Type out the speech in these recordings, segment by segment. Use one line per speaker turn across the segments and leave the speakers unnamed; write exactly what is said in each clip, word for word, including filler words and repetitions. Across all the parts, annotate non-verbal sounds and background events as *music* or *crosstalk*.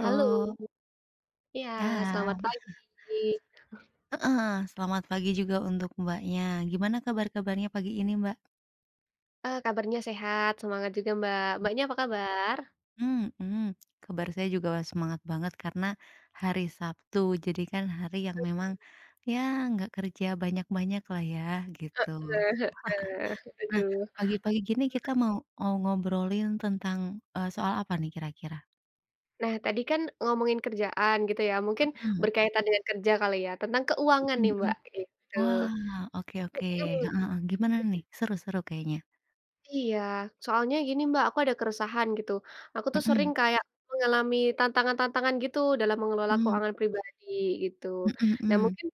Halo, ya
ya,
selamat pagi.
heeh, selamat pagi juga untuk Mbaknya. Gimana kabar-kabarnya pagi ini, Mbak?
Eee, kabarnya sehat, semangat juga Mbak. Mbaknya apa kabar?
Mhm, kabar saya juga semangat banget karena hari Sabtu, jadi kan hari yang memang, ya nggak kerja banyak-banyak lah ya, gitu.
Heeh heeh,
Nah,
aduh.
pagi-pagi gini kita mau mau ngobrolin tentang, eee, soal apa nih kira-kira?
Nah tadi kan ngomongin kerjaan gitu ya, mungkin
Mhm,
berkaitan dengan kerja kali ya, tentang keuangan
mhm
nih
mhm.
Mbak, gitu.
Wah, oke oke,
Mhm.
heeh heeh, gimana nih? Seru seru kayaknya.
Iya, soalnya gini Mbak, aku ada keresahan gitu. Aku tuh
Mhm,
sering kayak mengalami tantangan-tantangan gitu dalam mengelola
mmm,
keuangan pribadi gitu.
mhm
Nah
mhm,
mungkin,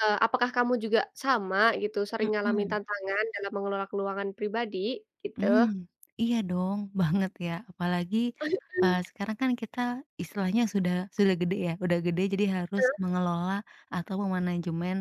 eee, apakah kamu juga sama gitu, sering ngalamin
mhm.
tantangan dalam mengelola keuangan pribadi gitu?
Mmm, iya dong, *laughs* banget ya. Apalagi,
Heeh,
eee, sekarang kan kita istilahnya sudah sudah gede ya, udah gede jadi harus
betul.
mengelola atau memanajemen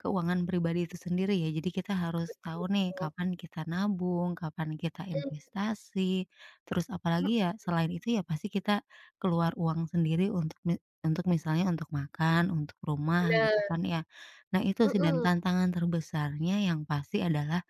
keuangan pribadi itu sendiri ya. Jadi kita harus tahu
Mhm,
nih kapan kita nabung, kapan kita investasi, terus apalagi
mhm,
ya selain itu ya pasti kita keluar uang sendiri untuk mi untuk misalnya untuk makan, untuk rumah gitu
bener,
kan ya. Nah itu sih dan
mhm,
tantangan terbesarnya yang pasti adalah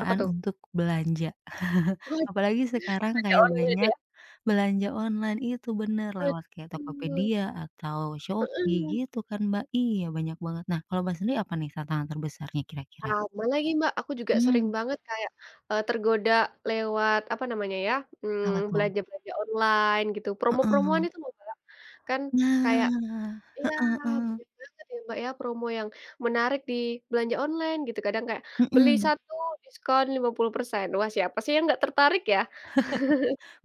apa tuh?
untuk belanja. *laughs*
Oh,
Apalagi sekarang
belanja
kayak
online
banyak
ya?
belanja online itu, bener,
Betul,
lewat kayak Tokopedia atau Shopee
mhm.
gitu kan, Mbak. Iya, banyak banget. Nah, kalau Mbak sendiri apa nih tantangan terbesarnya kira-kira?
Sama lagi, Mbak, aku juga sering
Mmm,
banget kayak, eee, tergoda lewat apa namanya ya,
apa
mmm,
tuh?
belanja-belanja online gitu,
Heeh.
promo-promoan itu loh, Mbak. Kan kayak
Nah,
iya, banyak banget ya, Mbak, ya, promo yang menarik di belanja online gitu, kadang kayak beli
mhm.
satu diskon lima puluh persen. Wah, siapa sih yang nggak tertarik ya?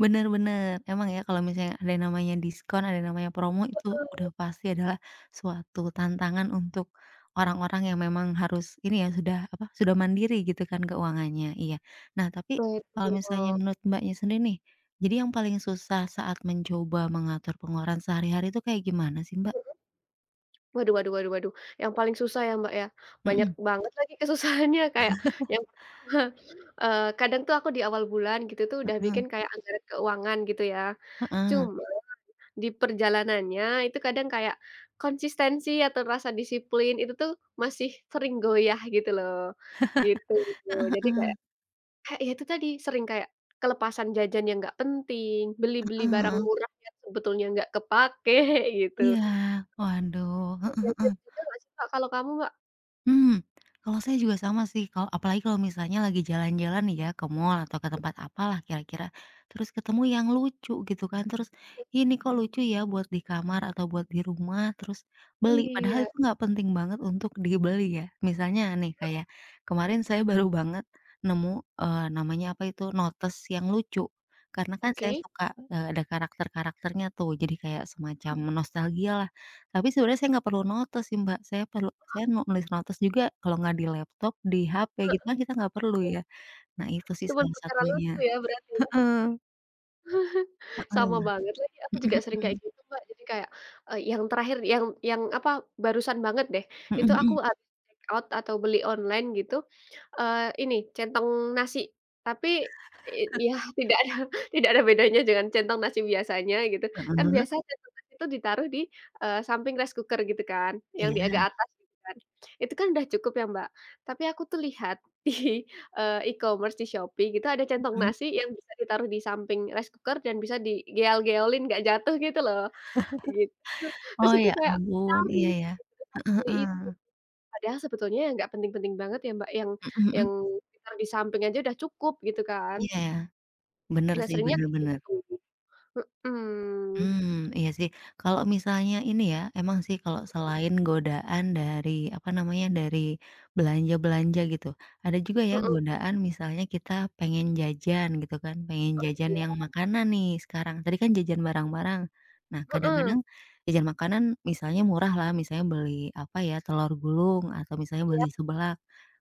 Bener bener. Emang ya kalau misalnya ada yang namanya diskon, ada yang namanya promo itu udah pasti adalah suatu tantangan untuk orang-orang yang memang harus ini ya sudah apa, sudah mandiri gitu kan keuangannya, iya. Nah tapi
Betul.
kalau misalnya menurut Mbaknya sendiri nih, jadi yang paling susah saat mencoba mengatur pengeluaran sehari-hari itu kayak gimana sih, Mbak?
Waduh waduh waduh waduh, yang paling susah ya, Mbak, ya, banyak
Mhm.
banget lagi kesusahannya *laughs* kayak
*laughs*
yang pertama, eee, kadang tuh aku di awal bulan gitu tuh udah
Heeh,
bikin kayak anggaran keuangan gitu ya,
heeh.
cuma di perjalanannya itu kadang kayak konsistensi atau rasa disiplin itu tuh masih sering goyah gitu loh, gitu.
Heeh
Jadi kayak kayak ya itu tadi, sering kayak kelepasan jajan yang nggak penting, beli-beli barang
heeh.
murah yang sebetulnya nggak kepakai *laughs* gitu.
Iya, waduh, heeh heeh.
Jajan juga nggak sih, Mbak, kalau kamu, Mbak?
Hmm, kalau saya juga sama sih, kalau apalagi kalau misalnya lagi jalan-jalan nih ya, ke mall atau ke tempat apalah kira-kira, terus ketemu yang lucu gitu kan, terus, "Ini kok lucu ya buat di kamar atau buat di rumah," terus beli, padahal
Iya,
itu nggak penting banget untuk dibeli ya. Misalnya nih kayak kemarin saya baru banget nemu, eee, namanya apa itu, notes yang lucu. Karena kan saya
oke.
suka, eee, ada karakter-karakternya tuh, jadi kayak semacam
Mhm,
nostalgia tapi sebenarnya saya nggak perlu notes sih, Mbak. Saya perlu saya nu nulis notes juga kalau nggak di laptop, di ha pe gitu
heeh,
kan kita nggak perlu ya. Nah itu sih
cuman
salah
perkara
satunya.
lucu ya berarti ya? Sama
Heeh.
banget lagi, aku juga
Mhm
sering kayak
mhm.
gitu, Mbak. Jadi kayak, eee, yang terakhir yang yang apa, barusan banget deh,
Mhm
itu aku
mhm.
habis check out atau beli online gitu, eee, ini centong nasi, tapi, eee, ya *laughs* tidak ada tidak ada bedanya dengan centong nasi biasanya gitu. Kan
Heeh.
biasa centong nasi itu ditaruh di, eee, samping rice cooker gitu kan, yang di
Iya,
agak atas gitu kan. Itu kan udah cukup ya, Mbak. Tapi aku tuh lihat di Eee, e-commerce di Shopee gitu ada centong
mhm.
nasi yang bisa ditaruh di samping rice cooker dan bisa digeol-geolin nggak jatuh gitu loh, gitu. Terus
Oh
itu
ya
kayak
ampun,
nyari,
iya ya. Heeh
beli
heeh.
itu, padahal sebetulnya ya nggak penting-penting banget ya Mbak, yang
Mhm
yang
mhm.
ditaruh di samping aja udah cukup gitu kan.
Iya, ya. Bener
Nah
sih,
seringnya
bener
kayak
bener.
gitu. Mhm,
Mmm, iya sih. Kalau misalnya ini ya, emang sih kalau selain godaan dari, apa namanya, dari belanja-belanja gitu, ada juga ya
mhm,
godaan misalnya kita pengen jajan gitu kan, pengen
wah
jajan
iya,
yang makanan nih sekarang. Tadi kan jajan barang-barang. Nah,
mhm,
kadang-kadang jajan makanan misalnya murah lah, misalnya beli, apa ya, telur gulung atau misalnya beli
iya,
seblak,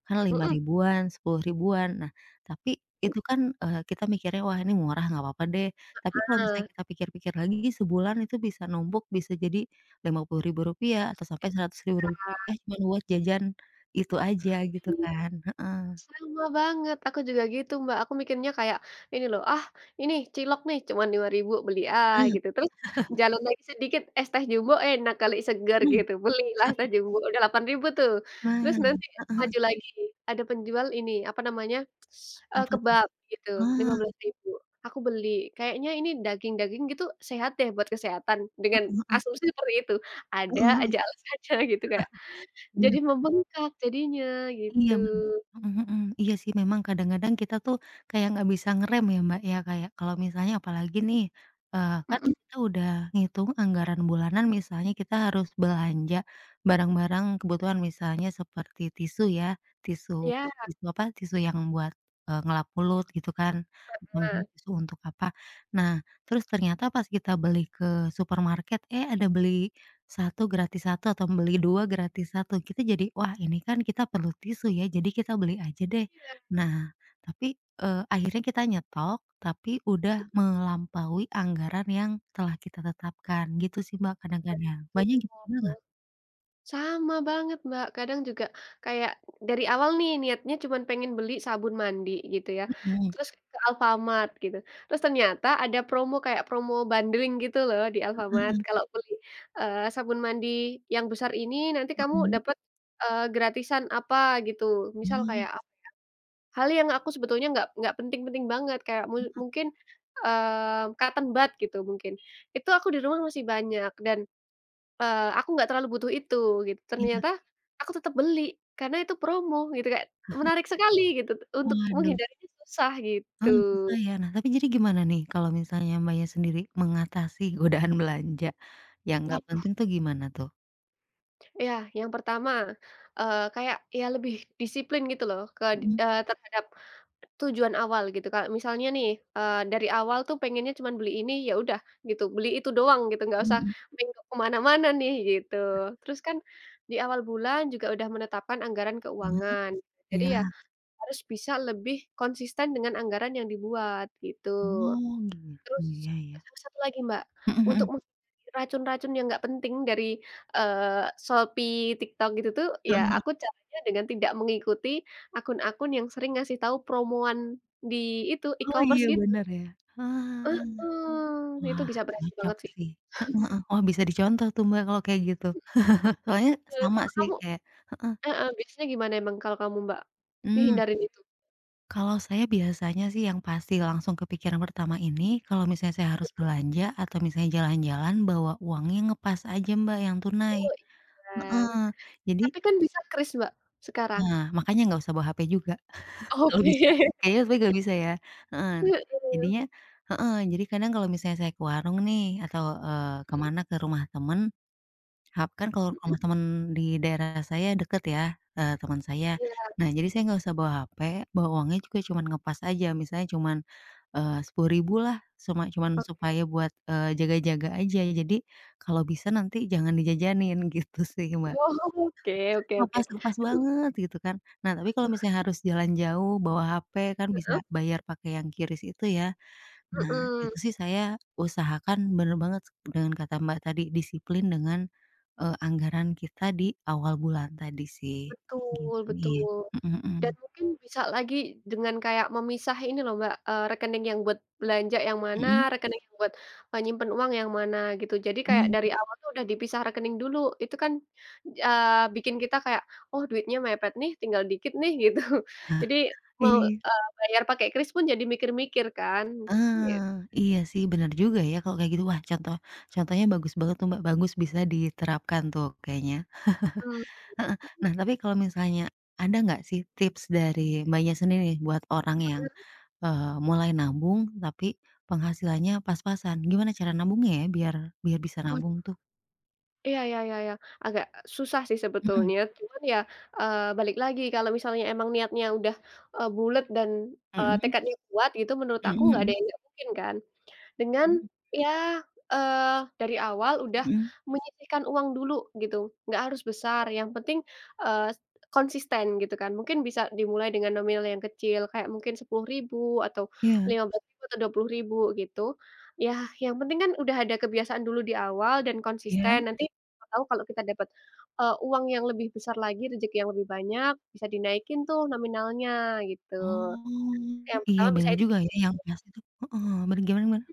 kan lima
mhm,
ribuan, sepuluh ribuan. Nah, tapi itu kan, eee, kita mikirnya, "Wah ini murah, nggak apa-apa deh." Tapi kalau misalnya
nah
kita pikir-pikir lagi sebulan itu bisa numpuk bisa jadi lima puluh ribu rupiah atau sampai seratus ribu rupiah cuma buat jajan itu aja
tapi
gitu kan, heeh.
sama banget, aku juga gitu, Mbak, aku mikirnya kayak ini loh, ah, ini cilok nih cuman lima ribu beli, ah,
Nah,
gitu, terus jalan lagi sedikit es teh jumbo enak kali segar gitu, belilah es teh jumbo udah delapan ribu tuh, terus
nah, nah,
nanti maju lagi ada penjual ini, apa namanya, eee,
apa tuh?
kebab gitu lima
Ah,
belas ribu, aku beli, kayaknya ini daging-daging gitu sehat deh buat kesehatan dengan
heeh
asumsi seperti itu, ada
heeh
aja alasannya *laughs* gitu kayak jadi
heeh.
membengkak jadinya
Iya
gitu.
bener, mhm mhm, iya sih memang kadang-kadang kita tuh kayak nggak bisa ngerem ya Mbak ya, kayak kalau misalnya apalagi nih, eee, kan
Mhm,
kita udah ngitung anggaran bulanan misalnya kita harus belanja barang-barang kebutuhan misalnya seperti tisu ya, tisu
ya.
tisu apa, tisu yang buat, eee, ngelap mulut gitu kan, atau
Nah,
misalnya tisu untuk apa. Nah, terus ternyata pas kita beli ke supermarket, eh ada beli satu gratis satu atau beli dua gratis satu kita jadi, "Wah ini kan kita perlu tisu ya jadi kita beli aja deh."
iya,
Nah tapi, eee, akhirnya kita nyetok tapi udah melampaui anggaran yang telah kita tetapkan gitu sih Mbak kadang-kadang. Banyak gitu juga
betul.
nggak?
Sama banget, Mbak, kadang juga kayak dari awal nih niatnya cuman pengen beli sabun mandi gitu ya,
Mhm,
terus ke Alfamart gitu, terus ternyata ada promo kayak promo bundling gitu loh di Alfamart,
heeh,
kalau beli, eee, sabun mandi yang besar ini nanti kamu
mhm,
dapat, eee, gratisan apa gitu, misal kayak ap hal yang aku sebetulnya nggak nggak penting-penting banget kayak mu
oh,
mungkin, eee, cotton bud gitu mungkin, itu aku di rumah masih banyak dan Eee, aku nggak terlalu butuh itu gitu,
iya,
ternyata aku tetap beli karena itu promo gitu Kak, menarik sekali gitu untuk
waduh,
menghindarinya susah gitu.
heeh, susah ya. Nah tapi jadi gimana nih kalau misalnya Mbaknya sendiri mengatasi godaan belanja yang nggak
Waduh,
penting tuh gimana tuh?
iya yang pertama, eee, kayak ya lebih disiplin gitu loh ke
Mhm
eee, terhadap tujuan awal gitu. Kalau misalnya nih, eee, dari awal tuh pengennya cuman beli ini, ya udah gitu, beli itu doang gitu, nggak
mhm
usah
mhm,
menengok ke mana-mana nih gitu. Terus kan di awal bulan juga udah menetapkan anggaran keuangan, jadi ya
iya.
harus bisa lebih konsisten dengan anggaran yang dibuat, gitu.
Oh, gitu,
Terus
ya ya.
sama satu lagi, Mbak,
Mhm
untuk
mhm,
menghindari racun-racun yang nggak penting dari, eee, Shopee, TikTok gitu tuh, ya
heeh.
aku caranya dengan tidak mengikuti akun-akun yang sering ngasih tahu promoan di itu,
Oh, iya
e-commerce gitu.
bener ya. Heeh.
Heeh, itu
Wah,
bisa berhasil
cocok
banget sih.
sih. Heeh heeh. Wah, bisa dicontoh tuh, Mbak, kalau kayak gitu. Eh, soalnya
Eee,
sama
kalau
sih
kamu
kayak
heeh, biasanya gimana emang kalau kamu, Mbak,
mmm,
ngehindarin itu?
kalau saya biasanya sih yang pasti langsung kepikiran pertama ini, kalau misalnya saya harus belanja atau misalnya jalan-jalan bawa uangnya ngepas aja, Mbak, yang tunai.
Oh, iya.
Heeh, jadi
Tapi kan bisa kris, Mbak, sekarang.
nah, makanya nggak usah bawa ha pe juga. Kalau
Oke.
bisa, kayaknya tapi nggak bisa ya, heeh.
*laughs* Heeh.
Jadinya heeh, jadi kadang kalau misalnya saya ke warung nih atau, eee, ke mana, ke rumah temen, hap kan kalau
Mhm,
rumah temen di daerah saya deket ya, eee, teman saya.
iya.
Nah, jadi saya nggak usah bawa ha pe, bawa uangnya juga cuman ngepas aja, misalnya cuman, eee, sepuluh ribu rupiah lah, cuma cuman
Ok
supaya buat, eee, jaga-jaga aja. Jadi kalau bisa nanti jangan dijajanin *laughs* gitu sih, Mbak.
oh. Oke oke
Oh,
oke.
pas pas banget gitu kan. Nah, tapi kalau misalnya harus jalan jauh bawa ha pe kan bisa
Heeh,
bayar pakai yang kris itu ya. Nah,
mhm,
itu sih saya usahakan bener banget dengan kata Mbak tadi disiplin dengan, eee, anggaran kita di awal bulan tadi sih,
betul
gitu. Iya.
betul.
Mhm mhm.
Dan mungkin bisa lagi dengan kayak memisah ini loh Mbak, eee, rekening yang buat belanja yang mana,
Mhm
rekening yang buat, eee, nyimpen uang yang mana gitu. Jadi kayak dari
mhm.
awal tuh udah dipisah rekening dulu, itu kan, eee, bikin kita kayak, "Oh duitnya mepet nih, tinggal dikit nih," *laughs* gitu. Jadi mau,
Iya.
eee, bayar pakai kris pun jadi mikir-mikir kan, gitu.
Heeh, iya sih bener juga ya kalau kayak gitu. Wah, contoh contohnya bagus banget tuh Mbak, bagus bisa diterapkan tuh kayaknya. Heeh. Nah, tapi kalau misalnya ada nggak sih tips dari Mbaknya sendiri nih buat orang yang, eee, mulai nabung tapi penghasilannya pas-pasan? Gimana cara nabungnya ya biar biar bisa
Mhm.
nabung tuh?
Iya iya iya iya, agak susah sih
Mhm.
sebetulnya, cuman ya, eee, balik lagi kalau misalnya emang niatnya udah, eee, bulet dan, eee,
Mhm
tekadnya kuat gitu menurut aku
mhm
nggak ada
mhm
yang nggak mungkin kan. Dengan
mhm
ya, eee, dari awal udah
mhm.
menyisihkan uang dulu gitu, nggak harus besar yang penting, eee, konsisten gitu kan. Mungkin bisa dimulai dengan nominal yang kecil kayak mungkin sepuluh ribu atau
Iya
lima rp ribu atau dua puluh ribu gitu. Ya yang penting kan udah ada kebiasaan dulu di awal dan
iya.
konsisten, nanti siapa tahu kalau kita dapat, eee, uang yang lebih besar lagi, rezeki yang lebih banyak, bisa dinaikin tuh nominalnya gitu.
Oh,
Yang
iya
pertama bisa
bener
itu
juga ya yang pas itu heeh, bener gimana gimana?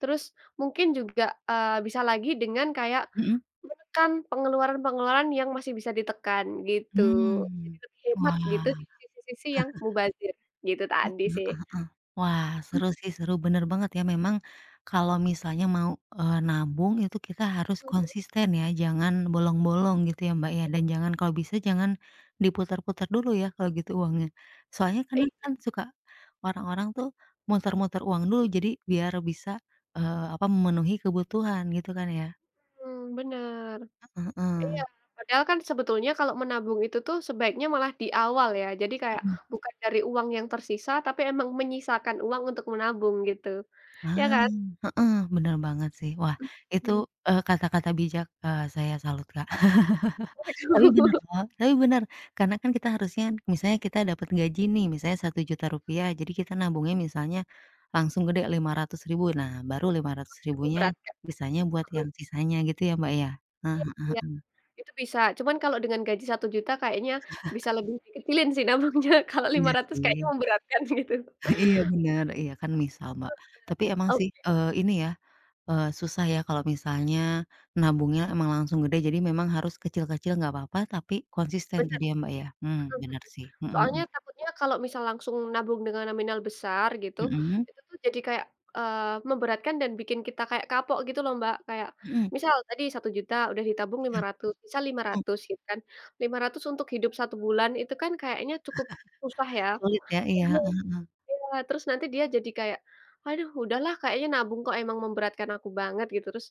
terus mungkin juga, eee, bisa lagi dengan kayak
Mhm.
menekan pengeluaran-pengeluaran yang masih bisa ditekan gitu. Jadi
Mmm.
lebih hemat gitu
Wah.
di sisi-sisi yang mubazir gitu
Heeh
tadi sih.
heeh heeh. Wah, seru
*laughs*
sih, seru, bener banget ya memang kalau misalnya mau, eee, nabung itu kita harus
Mhm,
konsisten ya, jangan bolong-bolong gitu ya, Mbak, ya, dan jangan kalau bisa jangan diputar-putar dulu ya kalau gitu uangnya. Soalnya kadang
iya,
kan suka orang-orang tuh muter-muter uang dulu jadi biar bisa, eee, apa, memenuhi kebutuhan gitu kan ya.
mmm, bener.
Heeh
Iya,
heeh.
padahal kan sebetulnya kalau menabung itu tuh sebaiknya malah di awal ya. Jadi kayak
Mhm.
bukan dari uang yang tersisa, tapi emang menyisakan uang untuk menabung gitu, ya
Ah,
kan?
heeh, bener banget sih. Wah, itu,
Mhm.
eee, kata-kata bijak, eee, saya salut, Kak. Tapi
Waduh,
bener
*laughs*
loh, tapi bener, karena kan kita harusnya misalnya kita dapat gaji nih, misalnya satu juta rupiah, jadi kita nabungnya misalnya langsung gede lima ratus ribu, nah baru lima ratus ribunya,
memberatkan,
bisanya buat
mhm,
yang sisanya gitu ya, Mbak, ya? Heeh
iya
heeh
iya.
heeh.
Itu bisa, cuman kalau dengan gaji satu juta kayaknya bisa lebih dikecilin sih nabungnya, *laughs* kalau lima
Iya
ratus kayaknya
sih.
memberatkan *laughs* gitu.
*laughs* Iya bener, iya kan misal, Mbak. Tapi emang
Oh,
sih, eee, ini ya, eee, susah ya kalau misalnya nabungnya emang langsung gede, jadi memang harus kecil-kecil nggak apa-apa, tapi konsisten
bener,
tadi ya, Mbak, ya? Mmm,
mhm.
bener sih. Mhm
Soalnya
mhm.
takutnya kalau misal langsung nabung dengan nominal besar gitu,
Mhm?
itu tuh jadi kayak, eee, memberatkan dan bikin kita kayak kapok gitu loh, Mbak. Kayak
Mhm.
misal tadi satu juta udah ditabung
Iya,
lima
mhm.
ratus, misal lima ratus gitu kan, lima ratus untuk hidup satu bulan itu kan kayaknya cukup susah ya.
Sulit ya? Iya, heeh heeh.
Iya, terus nanti dia jadi kayak, "Aduh udahlah kayaknya nabung kok emang memberatkan aku banget," gitu. Terus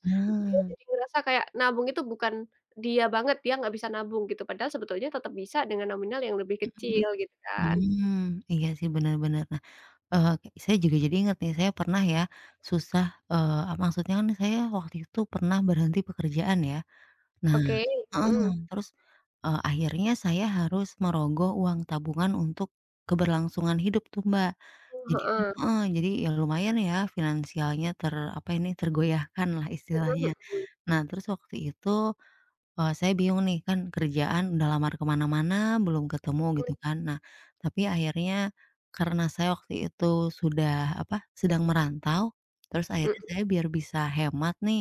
dia
Nah,
jadi ngerasa kayak nabung itu bukan dia banget, dia nggak bisa nabung gitu, padahal sebetulnya tetap bisa dengan nominal yang lebih
mhm,
kecil gitu kan.
mmm, iya sih bener bener. Nah, eee, saya juga jadi inget nih, saya pernah ya susah, eee, maksudnya kan saya waktu itu pernah berhenti pekerjaan ya. Nah
Oke,
heeh,
mhm,
terus, eee, akhirnya saya harus merogoh uang tabungan untuk keberlangsungan hidup tuh, Mbak. Jadi kan
heeh,
heeh, jadi ya lumayan ya finansialnya ter apa ini, tergoyahkanlah
mhm
istilahnya.
mhm,
Nah, terus waktu itu Eee, saya bingung nih kan kerjaan udah lamar kemana mana belum ketemu
mhm, mhm,
gitu kan. Nah, tapi akhirnya karena saya waktu itu sudah apa, sedang merantau, terus akhirnya saya biar bisa hemat nih,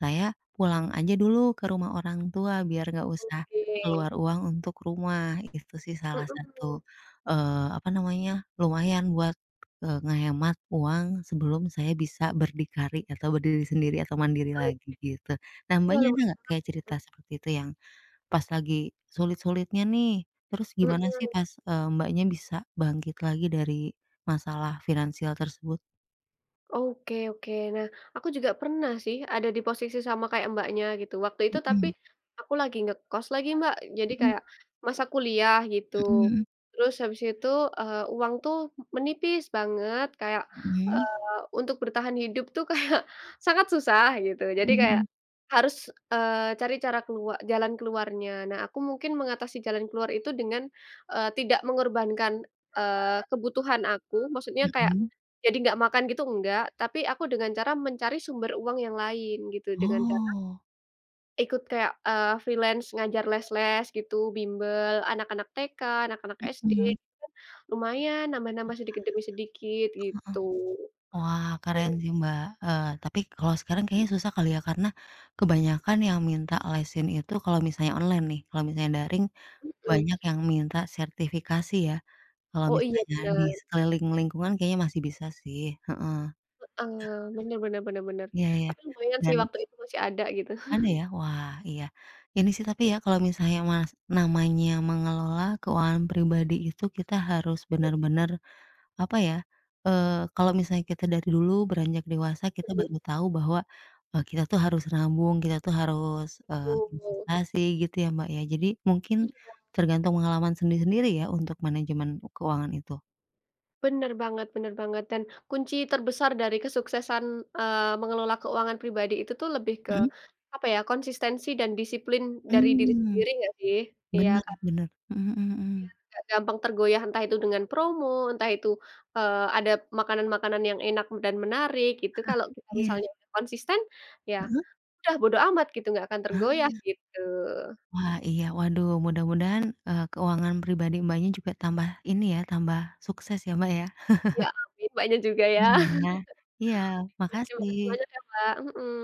saya pulang aja dulu ke rumah orang tua biar nggak usah keluar
oke,
uang untuk rumah. Itu sih salah satu,
mhm,
eee, apa namanya, lumayan buat, eee, ngehemat uang sebelum saya bisa berdikari atau berdiri sendiri atau mandiri
eee,
lagi gitu. Nah,
iya
Mbaknya ada
lumayan
nggak kayak cerita seperti itu yang pas lagi sulit-sulitnya nih, terus gimana sih
mhm.
pas, eee, Mbaknya bisa bangkit lagi dari masalah finansial tersebut?
Oke oke. Nah, aku juga pernah sih ada di posisi sama kayak Mbaknya gitu. Waktu itu tapi
Mhm,
aku lagi ngekos lagi, Mbak. Jadi
mhm
kayak masa kuliah gitu.
mhm
Terus habis itu, eee, uang tuh menipis banget kayak,
mhm,
eee, untuk bertahan hidup tuh *laughs* kayak sangat susah gitu. Jadi kayak
mhm,
harus, eee, cari cara keluar jalan keluarnya. Nah, aku mungkin mengatasi jalan keluar itu dengan, eee, tidak mengorbankan, eee, kebutuhan aku, maksudnya
mhm,
kayak
mhm.
jadi nggak makan gitu enggak, tapi aku dengan cara mencari sumber uang yang lain gitu, dengan cara
Oh,
ikut kayak, eee, freelance ngajar les-les gitu, bimbel anak-anak T K, anak-anak S D,
mhm.
lumayan nambah-nambah sedikit demi sedikit gitu.
Wah, keren sih, Mbak, eee, tapi kalau sekarang kayaknya susah kali ya karena kebanyakan yang minta lesin itu kalau misalnya online nih, kalau misalnya daring
Mhm mhm.
banyak yang minta sertifikasi ya. Kalau
Oh iya
misalnya di
bener,
sekeliling lingkungan kayaknya masih bisa sih, heeh,
eee, bener bener bener bener.
iya iya,
Tapi lumayan sih
dan
waktu itu masih ada gitu.
ada ya, wah iya, ini sih tapi ya kalau misalnya Mas, namanya mengelola keuangan pribadi itu kita harus benar-benar, apa ya, eee, kalau misalnya kita dari dulu beranjak dewasa kita
*laughs*
baru tahu bahwa, eee, kita tuh harus nabung, kita tuh harus, eee,
Betul.
investasi gitu ya, Mbak, ya. Jadi mungkin tergantung pengalaman sendiri-sendiri ya untuk manajemen keuangan itu.
Bener banget bener banget, dan kunci terbesar dari kesuksesan, eee, mengelola keuangan pribadi itu tuh lebih ke,
Mhm,
apa ya, konsistensi dan disiplin dari diri
mmm.
sendiri nggak sih? Iya
Bener
kan,
bener. Mhm mhm mhm.
nggak gampang tergoyah entah itu dengan promo, entah itu, eee, ada makanan-makanan yang enak dan menarik gitu, kalau kita
Iya,
misalnya udah konsisten, ya
heeh.
udah bodo amat gitu, nggak akan
Hah?
tergoyah gitu.
Wah, iya. Waduh, mudah-mudahan, eee, keuangan pribadi Mbaknya juga tambah ini ya, tambah sukses ya, Mbak, ya.
Ya amin, Mbaknya juga ya.
Amin ya. Iya,
*laughs* Terima kasih
makasih.
banyak ya, Mbak, mhm.